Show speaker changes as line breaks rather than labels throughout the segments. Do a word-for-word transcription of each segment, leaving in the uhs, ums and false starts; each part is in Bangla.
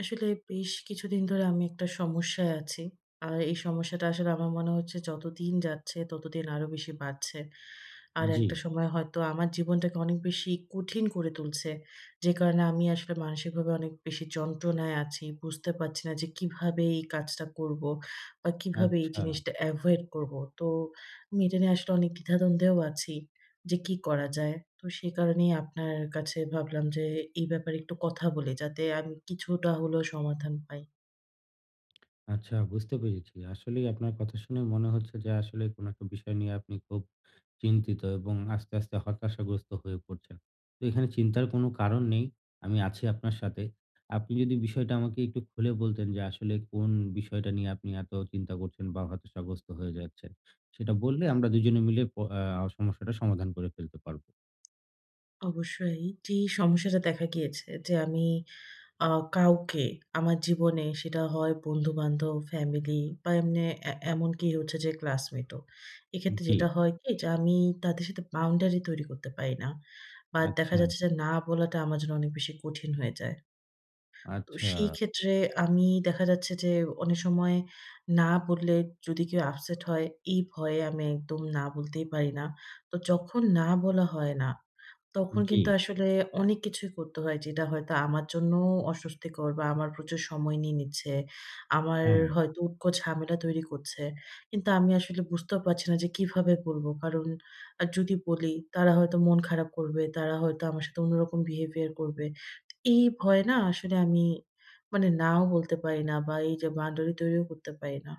আসলে বেশ কিছুদিন ধরে আমি একটা সমস্যায় আছি। আর এই সমস্যাটা আসলে আমার মনে হচ্ছে যতদিন যাচ্ছে ততদিন আরো বেশি বাড়ছে। আর
জি।
একটা সময় হয়তো আমার জীবনটাকে অনেক বেশি কঠিন করে তুলছে। যে কারণে আমি আসলে মানসিকভাবে অনেক বেশি যন্ত্রণায় আছি। বুঝতে পারছি না যে কিভাবে এই কাজটা করব বা কিভাবে এই
আচ্ছা,
জিনিসটা এভয়েড করব। তো আমি এটা নিয়ে আসলে অনেক দ্বিধাদ্বন্দ্বেও আছি। যে কি করা যায়? তো সে কারণেই আপনার কাছে ভাবলাম যে এই ব্যাপারে একটু কথা বলি, যাতে আমি কিছুটা হলেও সমাধান পাই।
আচ্ছা বুঝতে পেরেছি। আসলেই আপনার কথা শুনে মনে হচ্ছে যে আসলে কোনো একটা বিষয় নিয়ে আপনি খুব চিন্তিত এবং আস্তে, আস্তে হতাশাগ্রস্ত হয়ে পড়ছেন। তো এখানে চিন্তার কোনো কারণ নেই। আমি আছি আপনার সাথে। আপনি যদি বিষয়টা আমাকে একটু খুলে বলতেন যে আসলে কোন বিষয়টা নিয়ে আপনি এত চিন্তা করছেন বা হতাশাগ্রস্ত হয়ে যাচ্ছেন। সেটা বললে আমরা দুজনে মিলে প আ সমস্যাটা সমাধান করে ফেলতে পারব।
অবশ্যই, যে সমস্যাটা দেখা গিয়েছে যে আমি আ কাউকে আমার জীবনে, সেটা হয় বন্ধু-বান্ধব, ফ্যামিলি, বা এমনি এ এমনকি হচ্ছে যে ক্লাসমেটও। এক্ষেত্রে
জি।
যেটা হয় কি, যে আমি তাদের সাথে বাউন্ডারি তৈরি করতে পারি না। বা দেখা
আচ্ছা,
যাচ্ছে যে না বলাটা আমার জন্য অনেক বেশি কঠিন হয়ে যায়। তো
আচ্ছা।
সেই ক্ষেত্রে আমি দেখা যাচ্ছে যে অনেক সময় না বললে যদি কেউ আপসেট হয়, এই ভয়ে আমি একদম না বলতেই পারি না। তো যখন না বলা হয় না, তখন
জি,
কিন্তু আসলে অনেক কিছুই করতে হয়, যেটা হয়তো আমার জন্যও অস্বস্তিকর বা আমার প্রচুর সময় নিয়ে নিচ্ছে। আমার
হ্যাঁ।
হয়তো উটকো ঝামেলা তৈরি করছে। কিন্তু আমি আসলে বুঝতেও পারছি না যে কিভাবে বলবো। কারণ আ যদি বলি তারা হয়তো মন খারাপ করবে, তারা হয়তো আমার সাথে অন্যরকম বিহেভিয়ার করবে। এই ভয়ে না আসলে আমি মানে নাও বলতে পারি না, বা এই যে বাউন্ডারি তৈরিও করতে পারি না।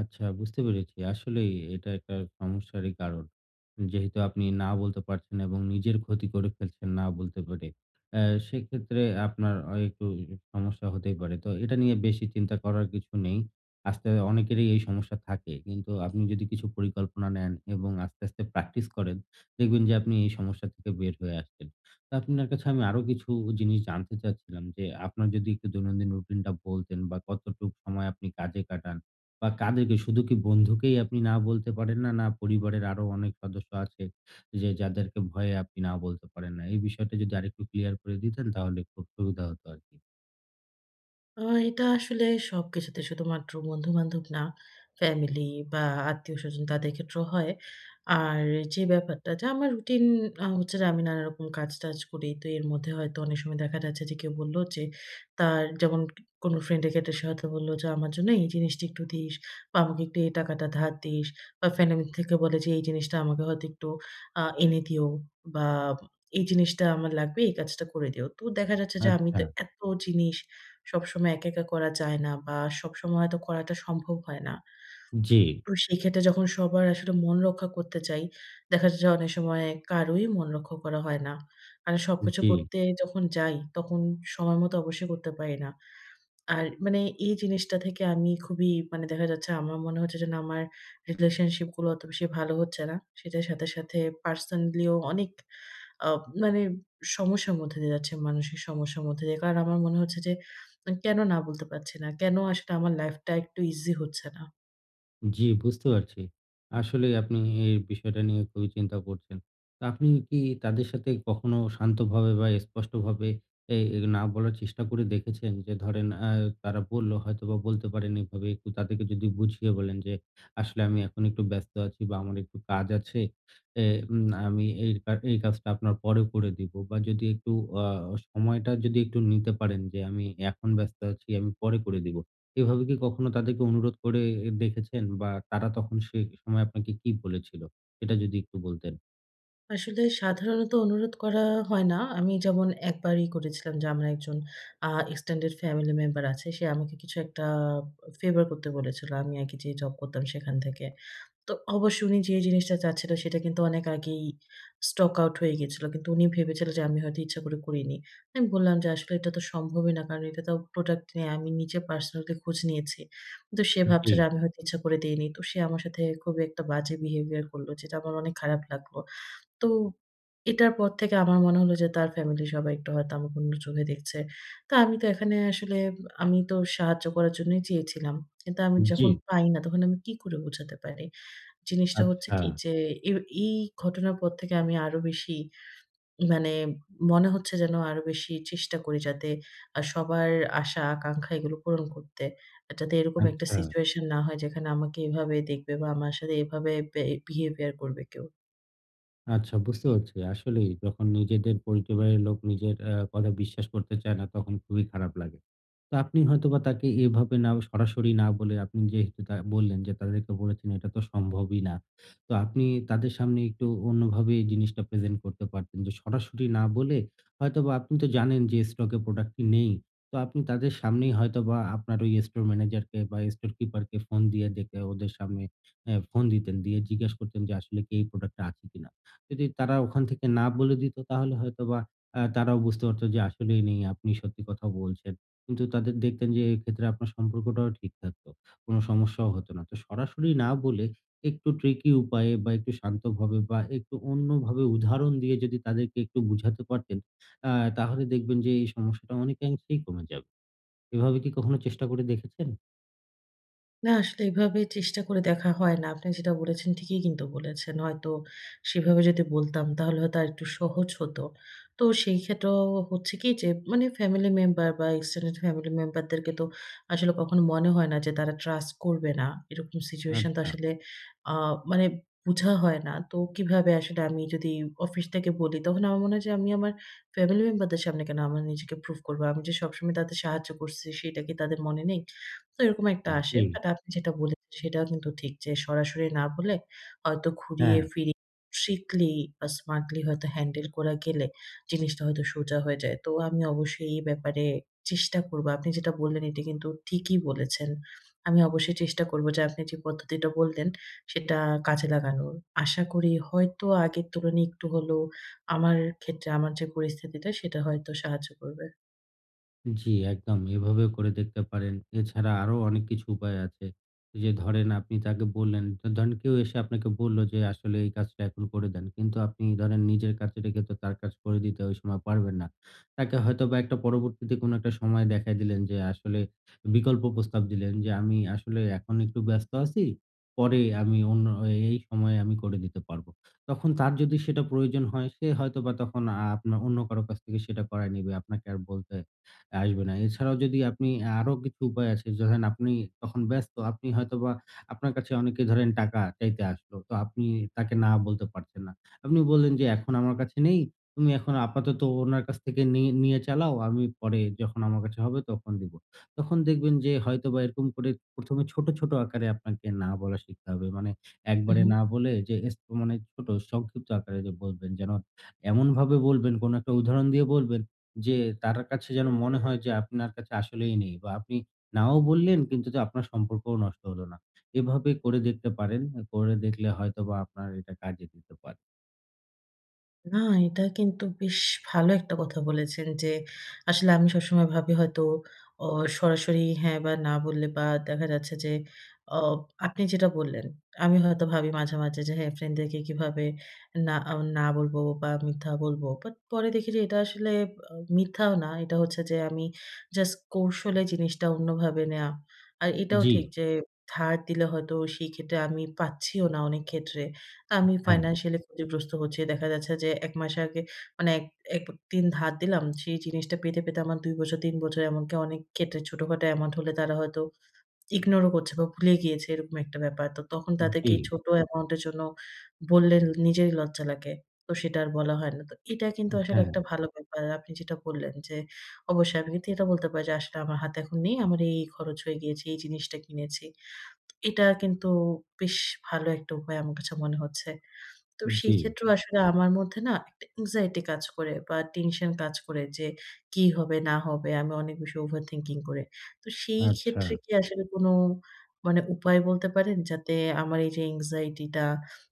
আচ্ছা বুঝতে পেরেছি। আসলেই এটা একটা সমস্যারই কারণ। যেহেতু আপনি না বলতে পারছেন এবং নিজের ক্ষতি করে ফেলছেন না বলতে পেরে। আ সেক্ষেত্রে আপনার আ একটু সমস্যা হতেই পারে। তো এটা নিয়ে বেশি চিন্তা করার কিছু নেই। আস্তে অনেকেরই এই সমস্যা থাকে। কিন্তু আপনি যদি কিছু পরিকল্পনা নেন এবং আস্তে, আস্তে প্র্যাকটিস করেন, দেখবেন যে আপনি এই সমস্যা থেকে বের হয়ে আসছেন। তো আপনার কাছে আমি আরো কিছু জিনিস জানতে চাচ্ছিলাম যে, আপনার যদি একটু দৈনন্দিন রুটিনটা বলতেন বা কতটুক সময় আপনি কাজে কাটান? বা কাদেরকে? শুধু কি বন্ধুকেই আপনি না বলতে পারেন না, না পরিবারের আরো অনেক সদস্য আছে যে যাদেরকে ভয়ে আপনি না বলতে পারেন না? এই বিষয়টা যদি আরেকটু ক্লিয়ার করে দিতেন তাহলে খুব সুবিধা হতো আরকি।
আ এটা আসলে সবকিছুতে, শুধুমাত্র বন্ধু-বান্ধব না, ফ্যামিলি বা আত্মীয়স্বজন, তাদের ক্ষেত্রেও হয়। আর যে ব্যাপারটা, যে আমার রুটিন আ হচ্ছে যে আমি নানারকম কাজ-টাজ করি। তো এর মধ্যে হয়তো অনেক সময় দেখা যাচ্ছে যে কেউ বলল যে, তার যেমন কোনো ফ্রেন্ডের ক্ষেত্রে সে হয়তো বলল যে, "আমার জন্য এই জিনিসটা একটু দিস, বা আমাকে একটু এই টাকাটা ধার দিস।" বা ফ্যামিলি থেকে বলে যে, "এই জিনিসটা আমাকে হয়তো একটু আ এনে দিও, বা এই জিনিসটা আমার লাগবে, এই কাজটা করে দিও।" তো দেখা যাচ্ছে যে আমি
আচ্ছা।
তো এত জিনিস সবসময় একা, একা করা যায় না, বা সবসময় হয়তো করাটা সম্ভব হয় না।
জি,
তো সেক্ষেত্রে যখন সবার আসলে মন রক্ষা করতে চাই, দেখা যায় যে অনেক সময় কারোই মন রক্ষা করা হয় না। আর সবকিছু
জি।
করতে যখন যাই, তখন সময় মতো অবশ্যই করতে পারি না। আর মানে এই জিনিসটা থেকে আমি খুবই, মানে দেখা যাচ্ছে, আমার মনে হচ্ছে যেন আমার রিলেশনশিপ গুলো অত বেশি ভালো হচ্ছে না। সেটার সাথে, সাথে পার্সোনালিও অনেক আ মানে সমস্যার মধ্যে দিয়ে যাচ্ছে, মানসিক সমস্যার মধ্যে দিয়ে। কারণ আমার মনে হচ্ছে যে আ কেন না বলতে পারছি না? কেন আসলে আমার লাইফটা একটু ইজি হচ্ছে না?
জি, বুঝতে পারছি। আসলেই আপনি এই বিষয়টা নিয়ে খুবই চিন্তা করছেন। তো আপনি কি তাদের সাথে কখনো শান্তভাবে বা স্পষ্টভাবে এই এ না বলার চেষ্টা করে দেখেছেন? যে ধরেন আ তারা বলল হয়তোবা বলতে পারেন এভাবে একটু তাদেরকে যদি বুঝিয়ে বলেন যে, "আসলে আমি এখন একটু ব্যস্ত আছি বা আমার একটু কাজ আছে। এ উম আমি এই কা এই কাজটা আপনার পরে করে দিব।" বা যদি একটু আ সময়টা যদি একটু নিতে পারেন যে, "আমি এখন ব্যস্ত আছি, আমি পরে করে দিব।" এভাবে কি কখনো তাদেরকে অনুরোধ করে দেখেছেন? বা তারা তখন সে সময় আপনাকে কি বলেছিল? সেটা যদি একটু বলতেন।
আসলে সাধারণত অনুরোধ করা হয় না। আমি যেমন একবারই করেছিলাম। যে আমার একজন আ extended family member আছে। সে আমাকে কিছু একটা ফেভার করতে বলেছিল, আমি আগে যে জব করতাম সেখান থেকে। তো অবশ্যই উনি যে জিনিসটা চাচ্ছিল সেটা কিন্তু অনেক আগেই স্টক আউট হয়ে গেছিল। কিন্তু উনি ভেবেছিল যে আমি হয়তো ইচ্ছা করে করিনি। আমি বললাম যে, "আসলে এটা তো সম্ভবই না। কারণ এটা তো প্রোডাক্ট নিয়ে আমি নিজে পার্সোনালি খোঁজ নিয়েছি।" কিন্তু সে
জি,
ভাবছে যে আমি হয়তো ইচ্ছা করে দেইনি। তো সে আমার সাথে খুবই একটা বাজে বিহেভিয়ার করলো, যেটা আমার অনেক খারাপ লাগলো। তো এটার পর থেকে আমার মনে হলো যে তার ফ্যামিলি সবাই একটু হয়তো আমাকে অন্য চোখে দেখছে। তো আমি তো এখানে আসলে আমি তো সাহায্য করার জন্যই চেয়েছিলাম। কিন্তু আমি
জি।
যখন পাই না, তখন আমি কি করে বোঝাতে পারি? জিনিসটা হচ্ছে
আচ্ছা,
কি, যে এ এই ঘটনার পর থেকে আমি আরো বেশি, মানে মনে হচ্ছে যেন আরো বেশি চেষ্টা করি, যাতে আ সবার আশা, আকাঙ্খা এগুলো পূরণ করতে। যাতে এরকম একটা
আচ্ছা,
সিচুয়েশন না হয় যেখানে আমাকে এভাবে দেখবে বা আমার সাথে এভাবে বে বিহেভিয়ার করবে কেউ।
আচ্ছা বুঝতে পারছি। আসলেই যখন নিজেদের পরিবারের লোক নিজের আ কথা বিশ্বাস করতে চায় না তখন খুবই খারাপ লাগে। তো আপনি হয়তোবা তাকে এভাবে না সরাসরি না বলে আপনি যেহেতু তা বললেন যে তাদেরকে বলেছেন এটা তো সম্ভবই না। তো আপনি তাদের সামনে একটু অন্যভাবে এই জিনিসটা প্রেজেন্ট করতে পারতেন যে সরাসরি না বলে হয়তোবা আপনি তো জানেন যে স্টকে প্রোডাক্টটি নেই। তো আপনি তাদের সামনেই হয়তোবা আপনার ওই স্টোর ম্যানেজারকে বা স্টোর কিপারকে ফোন দিয়ে ডেকে ওদের সামনে অ্যা ফোন দিতেন, দিয়ে জিজ্ঞেস করতেন যে আসলে কি এই প্রোডাক্টটা আছে কিনা? যদি তারা ওখান থেকে না বলে দিত তাহলে হয়তোবা আ তারাও বুঝতে পারত যে আসলেই নেই আপনি সত্যি কথা বলছেন। কিন্তু তাদের দেখতেন যে এক্ষেত্রে আপনার সম্পর্কটাও ঠিক থাকতো। কোনো সমস্যাও হতো না। তো সরাসরি না বলে একটু ট্রিকি উপায়ে বা একটু শান্তভাবে বা একটু অন্যভাবে উদাহরণ দিয়ে যদি তাদেরকে একটু বুঝাতে পারতেন, আ তাহলে দেখবেন যে এই সমস্যাটা অনেকাংশেই কমে যাবে। এভাবে কি কখনো চেষ্টা করে দেখেছেন?
না, আসলে এভাবে চেষ্টা করে দেখা হয় না। আপনি যেটা বলেছেন ঠিকই কিন্তু বলেছেন। হয়তো সেভাবে যদি বলতাম, তাহলে হয়তো আরেকটু সহজ হতো। তো সেই ক্ষেত্রেও হচ্ছে কি, যে মানে ফ্যামিলি মেম্বার বা এক্সটেন্ডেড ফ্যামিলি মেম্বারদেরকে তো আসলে কখনো মনে হয় না যে তারা ট্রাস্ট করবে না। এরকম সিচুয়েশন তো
আচ্ছা,
আসলে আ মানে বুঝা হয় না। তো কিভাবে আসলে, আমি যদি অফিস থেকে বলি, তখন আমার মনে হয় যে আমি আমার ফ্যামিলি মেম্বারদের সামনে কেন আমার নিজেকে প্রুভ করব? আমি যে সবসময় তাদের সাহায্য করছি, সেটা কি তাদের মনে নেই? তো এরকম একটা আসে।
জি,
বাট আপনি যেটা বলেছেন সেটাও কিন্তু ঠিক, যে সরাসরি না বলে হয়তো ঘুরিয়ে
হ্যাঁ।
ফিরিয়ে ট্রিকলি বা স্মার্টলি হয়তো হ্যান্ডেল করা গেলে জিনিসটা হয়তো সোজা হয়ে যায়। তো আমি অবশ্যই এই ব্যাপারে চেষ্টা করব। আপনি যেটা বললেন এটা কিন্তু ঠিকই বলেছেন। আমি অবশ্যই চেষ্টা করব যে আপনি যে পদ্ধতিটা বললেন সেটা কাজে লাগানোর। আশা করি হয়তো আগের তুলনায় একটু হলেও আমার ক্ষেত্রে, আমার যে পরিস্থিতিটা, সেটা হয়তো সাহায্য করবে।
জি, একদম। এভাবেও করে দেখতে পারেন। এছাড়া আরো অনেক কিছু উপায় আছে। যে ধরেন আপনি তাকে বললেন, তো ধরেন কেউ এসে আপনাকে বলল যে আসলে এই কাজটা এখন করে দেন। কিন্তু আপনি ধরেন নিজের কাজ রেখে তো তার কাজ করে দিতে ওই সময় পারবেন না। তাকে হয়তোবা একটা পরবর্তীতে কোনো একটা সময় দেখায় দিলেন যে আসলে বিকল্প প্রস্তাব দিলেন যে, "আমি আসলে এখন একটু ব্যস্ত আছি। পরে আমি অন্য এই সময়ে আমি করে দিতে পারবো।" তখন তার যদি সেটা প্রয়োজন হয় সে হয়তোবা তখন আ আপনার অন্য কারো কাছ থেকে সেটা করায় নিবে। আপনাকে আর বলতে আসবে না। এছাড়াও যদি আপনি আরো কিছু উপায় আছে ধরেন আপনি তখন ব্যস্ত, আপনি হয়তোবা আপনার কাছে অনেকে ধরেন টাকা চাইতে আসলো। তো আপনি তাকে না বলতে পারছেন না। আপনি বললেন যে, "এখন আমার কাছে নেই। তুমি এখন আপাতত ওনার কাছ থেকে নিয়ে নিয়ে চালাও। আমি পরে যখন আমার কাছে হবে তখন দিব।" তখন দেখবেন যে হয়তোবা এরকম করে প্রথম এ ছোট, ছোট আকারে আপনাকে না বলা শিখতে হবে। মানে একবারে
উহু।
না বলে যে এস মানে ছোট সংক্ষিপ্ত আকারে যে বলবেন যেন এমনভাবে বলবেন, কোন একটা উদাহরণ দিয়ে বলবেন যে তার কাছে যেন মনে হয় যে আপনার কাছে আসলেই নেই বা আপনি নাও বললেন কিন্তু যে আপনার সম্পর্কও নষ্ট হলো না। এভাবে করে দেখতে পারেন। করে দেখলে হয়তোবা আপনার এটা কাজে দিতে পারে।
না, এটা কিন্তু বেশ ভালো একটা কথা বলেছেন। যে আসলে আমি সবসময় ভাবি হয়তো, অ সরাসরি হ্যাঁ বা না বললে, বা দেখা যাচ্ছে যে, অ আপনি যেটা বললেন, আমি হয়তো ভাবি মাঝে, মাঝে যে, হ্যাঁ, ফ্রেন্ডদেরকে কিভাবে না আ না বলবো বা মিথ্যা বলবো। বাট পরে দেখি যে এটা আসলে আ মিথ্যাও না। এটা হচ্ছে যে আমি জাস্ট কৌশলে জিনিসটা অন্যভাবে নেয়া। আর এটাও
জি,
ঠিক যে ধার দিলে হয়তো সেই ক্ষেত্রে আমি পাচ্ছিও না অনেক ক্ষেত্রে। আমি
হ্যাঁ,
ফাইন্যান্সিয়ালি ক্ষতিগ্রস্ত হচ্ছি। দেখা যাচ্ছে যে এক মাস আগে, মানে এক এক তিন ধার দিলাম। সেই জিনিসটা পেতে, পেতে আমার দুই বছর, তিন বছর, এমনকি অনেক ক্ষেত্রে ছোটখাটো অ্যামাউন্ট হলে তারা হয়তো ইগনোরও করছে বা ভুলে গিয়েছে, এরকম একটা ব্যাপার। তো তখন তাদেরকে
জি,
এই ছোট অ্যামাউন্টের জন্য বললে নিজেরই লজ্জা লাগে। তো সেটা আর বলা হয় না। তো এটা কিন্তু আসলে
হ্যাঁ,
একটা ভালো ব্যাপার, আপনি যেটা বললেন যে অবশ্যই আমি কিন্তু এটা বলতে পারি যে আসলে আমার হাতে এখন নেই। আমার এই, এই খরচ হয়ে গিয়েছে, এই জিনিসটা কিনেছি। এটা কিন্তু বেশ ভালো একটা উপায় আমার কাছে মনে হচ্ছে। তো
জি,
সেই ক্ষেত্রেও আসলে আমার মধ্যে না একটা anxiety কাজ করে বা টেনশন কাজ করে যে, কি হবে না হবে? আমি অনেক বেশি overthinking করি। তো সেই
আচ্ছা।
ক্ষেত্রে কি আসলে কোনো মানে উপায় বলতে পারেন? যাতে আমার এই যে anxiety টা,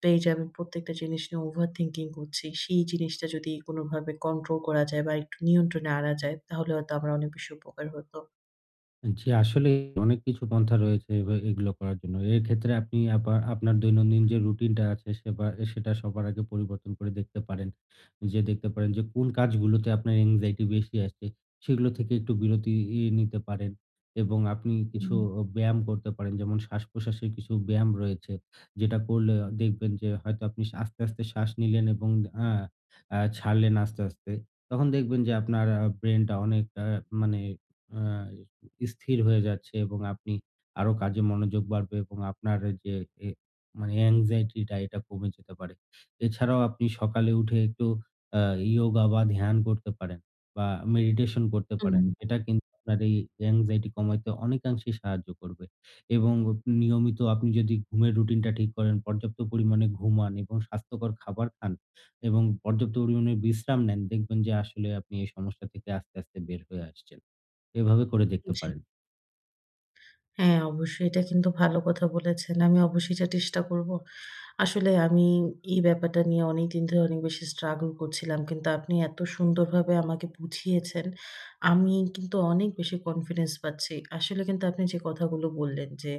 বা এই যে আমি প্রত্যেকটা জিনিস নিয়ে overthinking করছি, সেই জিনিসটা যদি কোনোভাবে কন্ট্রোল করা যায় বা একটু নিয়ন্ত্রণে আনা যায়, তাহলে হয়তো আমার অনেক বেশি উপকার হতো।
জি, আসলেই অনেক কিছু পন্থা রয়েছে এবা এগুলো করার জন্য। এক্ষেত্রে আপনি আপা আপনার দৈনন্দিন যে রুটিনটা আছে সেবা সেটা সবার আগে পরিবর্তন করে দেখতে পারেন। যে দেখতে পারেন যে কোন কাজগুলোতে আপনার anxiety বেশি আসছে, সেগুলো থেকে একটু বিরতি ই নিতে পারেন এবং আপনি
হুম।
কিছু অ ব্যায়াম করতে পারেন। যেমন শ্বাস-প্রশ্বাসের কিছু ব্যায়াম রয়েছে, যেটা করলে দেখবেন যে হয়তো আপনি সা আস্তে, আস্তে শ্বাস নিলেন এবং আ আ ছাড়লেন আস্তে, আস্তে। তখন দেখবেন যে আপনার আ ব্রেইনটা অনেকটা মানে আ স্থির হয়ে যাচ্ছে এবং আপনি আরো কাজে মনোযোগ বাড়বে এবং আপনার যে এ মানে অ্যাংজাইটিটা এটা কমে যেতে পারে। এছাড়াও আপনি সকালে উঠে একটু আ ইয়োগা বা ধ্যান করতে পারেন বা মেডিটেশন করতে
হুম,
পারেন। এটা কিন্তু আপনার এই অ্যাংজাইটি কমাইতে অনেকাংশেই সাহায্য করবে এবং নিয়মিত আপনি যদি ঘুমের রুটিনটা ঠিক করেন, পর্যাপ্ত পরিমাণে ঘুমান এবং স্বাস্থ্যকর খাবার খান এবং পর্যাপ্ত পরিমাণে বিশ্রাম নেন, দেখবেন যে আসলে আপনি এই সমস্যা থেকে আস্তে, আস্তে বের হয়ে আসছেন। এভাবে করে দেখতে
জি।
পারেন।
হ্যাঁ, অবশ্যই এটা কিন্তু ভালো কথা বলেছেন। আমি অবশ্যই এটা চেষ্টা করব। আসলে আমি এই ব্যাপারটা নিয়ে অনেকদিন ধরে অনেক বেশি struggle করছিলাম। কিন্তু আপনি এত সুন্দরভাবে আমাকে বুঝিয়েছেন, আমি কিন্তু অনেক বেশি কনফিডেন্স পাচ্ছি। আসলে কিন্তু আপনি যে কথাগুলো বললেন যে,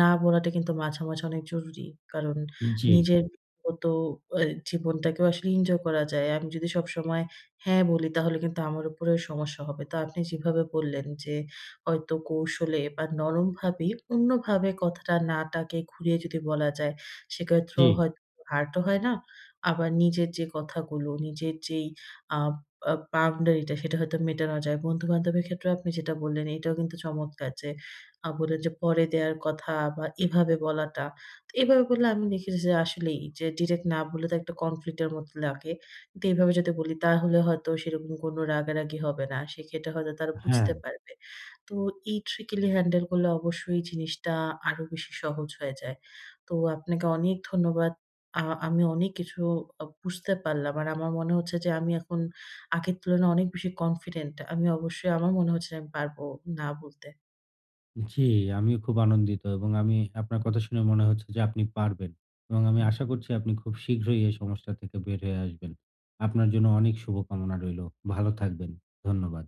না বলাটা কিন্তু মাঝে, মাঝে অনেক জরুরি। কারণ
জি,
নিজের ব্যক্তিগত আ জীবনটাকেও আসলে এনজয় করা যায়। আমি যদি সবসময় হ্যাঁ বলি, তাহলে কিন্তু আমার উপরেও সমস্যা হবে। তো আপনি যেভাবে বললেন যে, হয়তো কৌশলে বা নরমভাবে অন্যভাবে কথাটা, নাটাকে ঘুরিয়ে যদি বলা যায়,
জি।
সেক্ষেত্রেও হয়তো হার্টও হয় না। আবার নিজের যে কথাগুলো, নিজের যেই আ আ বাউন্ডারি টা, সেটা হয়তো মেটানো যায়। বন্ধু-বান্ধবের ক্ষেত্রেও আপনি যেটা বললেন, এটাও কিন্তু চমৎকার, যে আ বললেন যে পরে দেয়ার কথা বা এভাবে বলাটা। তো এভাবে বললে আমি দেখেছি যে আসলেই যে ডিরেক্ট না বললে তো একটা কনফ্লিক্ট এর মতো লাগে। কিন্তু এভাবে যদি বলি, তাহলে হয়তো সেরকম কোনো রাগারাগি হবে না। সেক্ষেত্রে হয়তো তারা
হ্যাঁ,
বুঝতে পারবে। তো এই ট্রিকিলি হ্যান্ডেল করলে অবশ্যই জিনিসটা আরো বেশি সহজ হয়ে যায়। তো আপনাকে অনেক ধন্যবাদ। আ আমি অনেক কিছু আ বুঝতে পারলাম। আর আমার মনে হচ্ছে যে আমি এখন আগের তুলনায় অনেক বেশি কনফিডেন্ট। আমি অবশ্যই, আমার মনে হচ্ছে আমি পারব না বলতে।
জি, আমিও খুব আনন্দিত এবং আমি আপনার কথা শুনে মনে হচ্ছে যে আপনি পারবেন এবং আমি আশা করছি আপনি খুব শীঘ্রই এই সমস্যা থেকে বের হয়ে আসবেন। আপনার জন্য অনেক শুভকামনা রইলো। ভালো থাকবেন। ধন্যবাদ।